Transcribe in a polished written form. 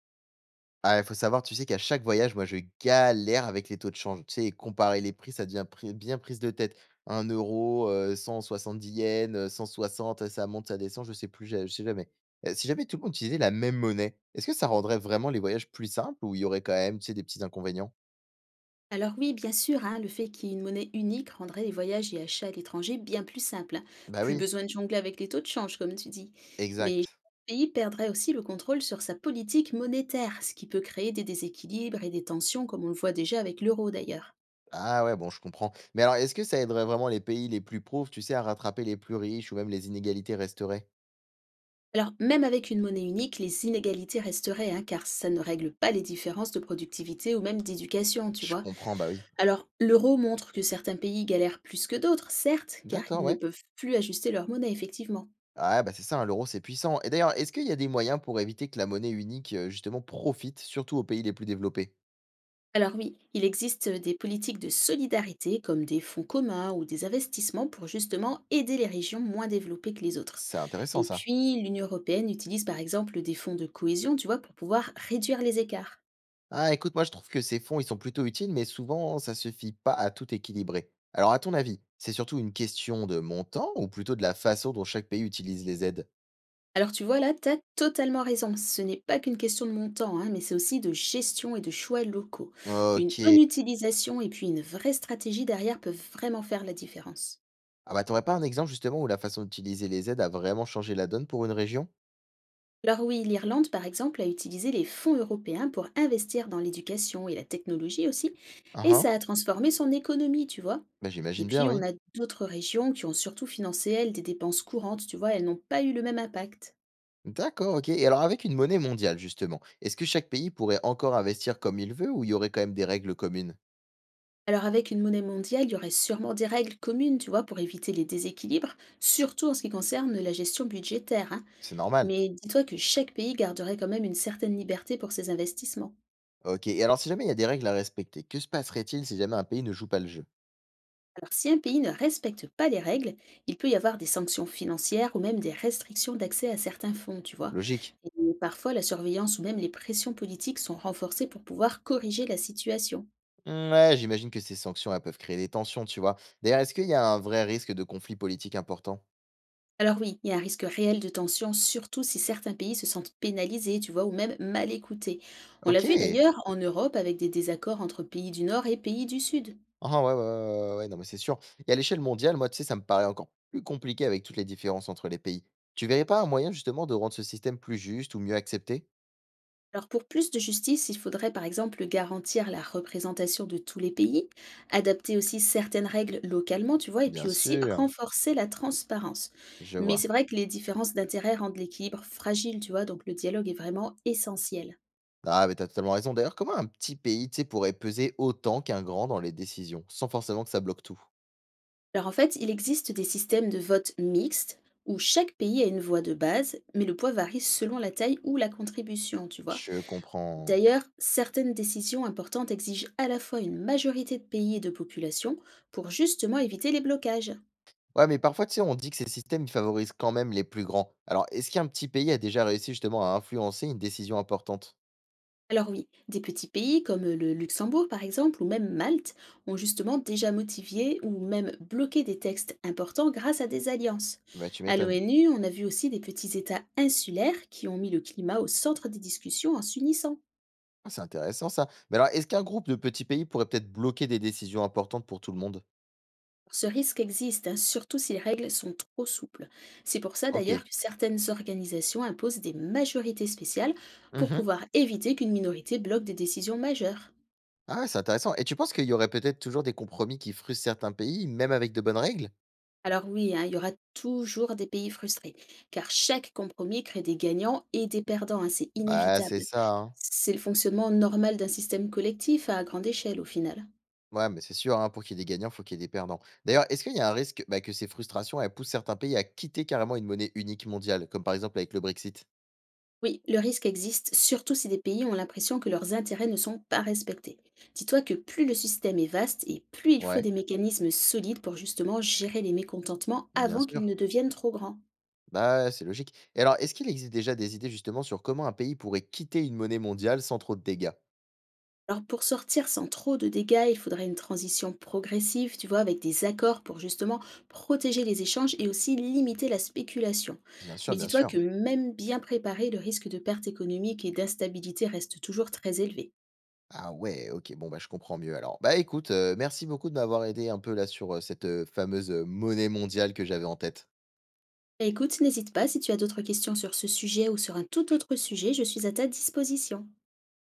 Ah, il faut savoir, tu sais qu'à chaque voyage, moi, je galère avec les taux de change. Tu sais, comparer les prix, ça devient bien prise de tête. Un euro, 10 yens, 160, ça monte, ça descend, je sais plus, je sais jamais. Si jamais tout le monde utilisait la même monnaie, est-ce que ça rendrait vraiment les voyages plus simples ou il y aurait quand même, tu sais, des petits inconvénients? Alors oui, bien sûr, hein, le fait qu'il y ait une monnaie unique rendrait les voyages et achats à l'étranger bien plus simples. Hein. Bah Plus oui, besoin de jongler avec les taux de change, comme tu dis. Mais chaque exact. pays perdrait aussi le contrôle sur sa politique monétaire, ce qui peut créer des déséquilibres et des tensions, comme on le voit déjà avec l'euro d'ailleurs. Ah ouais, bon, je comprends. Mais alors, est-ce que ça aiderait vraiment les pays les plus pauvres, tu sais, à rattraper les plus riches ou même les inégalités resteraient? Alors même avec une monnaie unique, les inégalités resteraient, hein, car ça ne règle pas les différences de productivité ou même d'éducation, tu Je vois. comprends, bah oui. Alors l'euro montre que certains pays galèrent plus que d'autres, certes, car ils D'accord, ne ouais. peuvent plus ajuster leur monnaie, effectivement. Ah, bah, c'est ça, hein, l'euro, c'est puissant. Et d'ailleurs, est-ce qu'il y a des moyens pour éviter que la monnaie unique, justement, profite surtout aux pays les plus développés? Alors oui, il existe des politiques de solidarité comme des fonds communs ou des investissements pour justement aider les régions moins développées que les autres. C'est intéressant Et ça. puis l'Union européenne utilise par exemple des fonds de cohésion, tu vois, pour pouvoir réduire les écarts. Ah, écoute, moi, je trouve que ces fonds, ils sont plutôt utiles, mais souvent, ça suffit pas à tout équilibrer. Alors, à ton avis, c'est surtout une question de montant ou plutôt de la façon dont chaque pays utilise les aides? Alors tu vois là, tu as totalement raison, ce n'est pas qu'une question de montant, hein, mais c'est aussi de gestion et de choix locaux. Une bonne OK. utilisation et puis une vraie stratégie derrière peuvent vraiment faire la différence. Ah, bah, t'aurais pas un exemple, justement, où la façon d'utiliser les aides a vraiment changé la donne pour une région? Alors oui, l'Irlande, par exemple, a utilisé les fonds européens pour investir dans l'éducation et la technologie aussi, Ah et hein. ça a transformé son économie, tu vois. Bah, Et j'imagine bien, puis, on oui. a d'autres régions qui ont surtout financé, elles, des dépenses courantes, tu vois, elles n'ont pas eu le même impact. D'accord, OK et alors avec une monnaie mondiale justement, est-ce que chaque pays pourrait encore investir comme il veut ou il y aurait quand même des règles communes? Alors avec une monnaie mondiale, il y aurait sûrement des règles communes, tu vois, pour éviter les déséquilibres, surtout en ce qui concerne la gestion budgétaire, hein. C'est normal. Mais dis-toi que chaque pays garderait quand même une certaine liberté pour ses investissements. OK et alors si jamais il y a des règles à respecter, que se passerait-il si jamais un pays ne joue pas le jeu? Alors, si un pays ne respecte pas les règles, il peut y avoir des sanctions financières ou même des restrictions d'accès à certains fonds, tu vois. Logique? Et parfois, la surveillance ou même les pressions politiques sont renforcées pour pouvoir corriger la situation. Hmm, ouais, j'imagine que ces sanctions, elles peuvent créer des tensions, tu vois? D'ailleurs, est-ce qu'il y a un vrai risque de conflit politique important? Alors oui, il y a un risque réel de tension, surtout si certains pays se sentent pénalisés, tu vois, ou même mal écoutés. On l'a vu OK. d'ailleurs en Europe avec des désaccords entre pays du Nord et pays du Sud. Ah ouais, ouais, ouais, ouais, ouais, ouais, non mais c'est sûr et à l'échelle mondiale, moi, tu sais, ça me paraît encore plus compliqué avec toutes les différences entre les pays. Tu verrais pas un moyen justement de rendre ce système plus juste ou mieux accepté? Alors pour plus de justice, il faudrait par exemple garantir la représentation de tous les pays, adapter aussi certaines règles localement, tu vois, et puis Bien aussi sûr, renforcer la transparence. je Mais c'est vois. vrai que les différences d'intérêt rendent l'équilibre fragile, tu vois, donc le dialogue est vraiment essentiel. Ah, mais t'as totalement raison. D'ailleurs, comment un petit pays, tu sais, pourrait peser autant qu'un grand dans les décisions, sans forcément que ça bloque tout? Alors en fait, il existe des systèmes de vote mixte où chaque pays a une voix de base, mais le poids varie selon la taille ou la contribution, tu vois. Je comprends. D'ailleurs, certaines décisions importantes exigent à la fois une majorité de pays et de populations pour justement éviter les blocages. Ouais, mais parfois, tu sais, on dit que ces systèmes, ils favorisent quand même les plus grands. Alors, est-ce qu'un petit pays a déjà réussi justement à influencer une décision importante? Alors oui, des petits pays comme le Luxembourg par exemple ou même Malte ont justement déjà motivé ou même bloqué des textes importants grâce à des alliances. Bah, tu À m'étonnes. l'ONU, on a vu aussi des petits États insulaires qui ont mis le climat au centre des discussions en s'unissant. Ah, c'est intéressant ça. Mais alors, est-ce qu'un groupe de petits pays pourrait peut-être bloquer des décisions importantes pour tout le monde? Ce risque existe, hein, surtout si les règles sont trop souples. C'est pour ça Ok. d'ailleurs que certaines organisations imposent des majorités spéciales pour Mhm. pouvoir éviter qu'une minorité bloque des décisions majeures. Ah, ouais, c'est intéressant. Et tu penses qu'il y aurait peut-être toujours des compromis qui frustrent certains pays, même avec de bonnes règles? Alors oui, hein, il y aura toujours des pays frustrés, car chaque compromis crée des gagnants et des perdants, hein, c'est Bah, c'est inévitable. ça, hein. C'est le fonctionnement normal d'un système collectif à grande échelle au final. Ouais, mais c'est sûr, hein, pour qu'il y ait des gagnants, il faut qu'il y ait des perdants. D'ailleurs, est-ce qu'il y a un risque bah, que ces frustrations elles poussent certains pays à quitter carrément une monnaie unique mondiale, comme par exemple avec le Brexit? Oui, le risque existe, surtout si des pays ont l'impression que leurs intérêts ne sont pas respectés. Dis-toi que plus le système est vaste et plus il faut des Ouais, mécanismes solides pour justement gérer les mécontentements bien avant sûr. qu'ils ne deviennent trop grands. Bah, ouais, c'est logique. Et alors, est-ce qu'il existe déjà des idées justement sur comment un pays pourrait quitter une monnaie mondiale sans trop de dégâts? Alors pour sortir sans trop de dégâts, il faudrait une transition progressive, tu vois, avec des accords pour justement protéger les échanges et aussi limiter la spéculation. Bien Mais sûr, bien dis-toi sûr. que même bien préparé, le risque de perte économique et d'instabilité reste toujours très élevé. Ah ouais, ok, bon, bah, je comprends mieux alors. Bah écoute, merci beaucoup de m'avoir aidé un peu là sur cette fameuse monnaie mondiale que j'avais en tête. Bah, écoute, n'hésite pas si tu as d'autres questions sur ce sujet ou sur un tout autre sujet, je suis à ta disposition.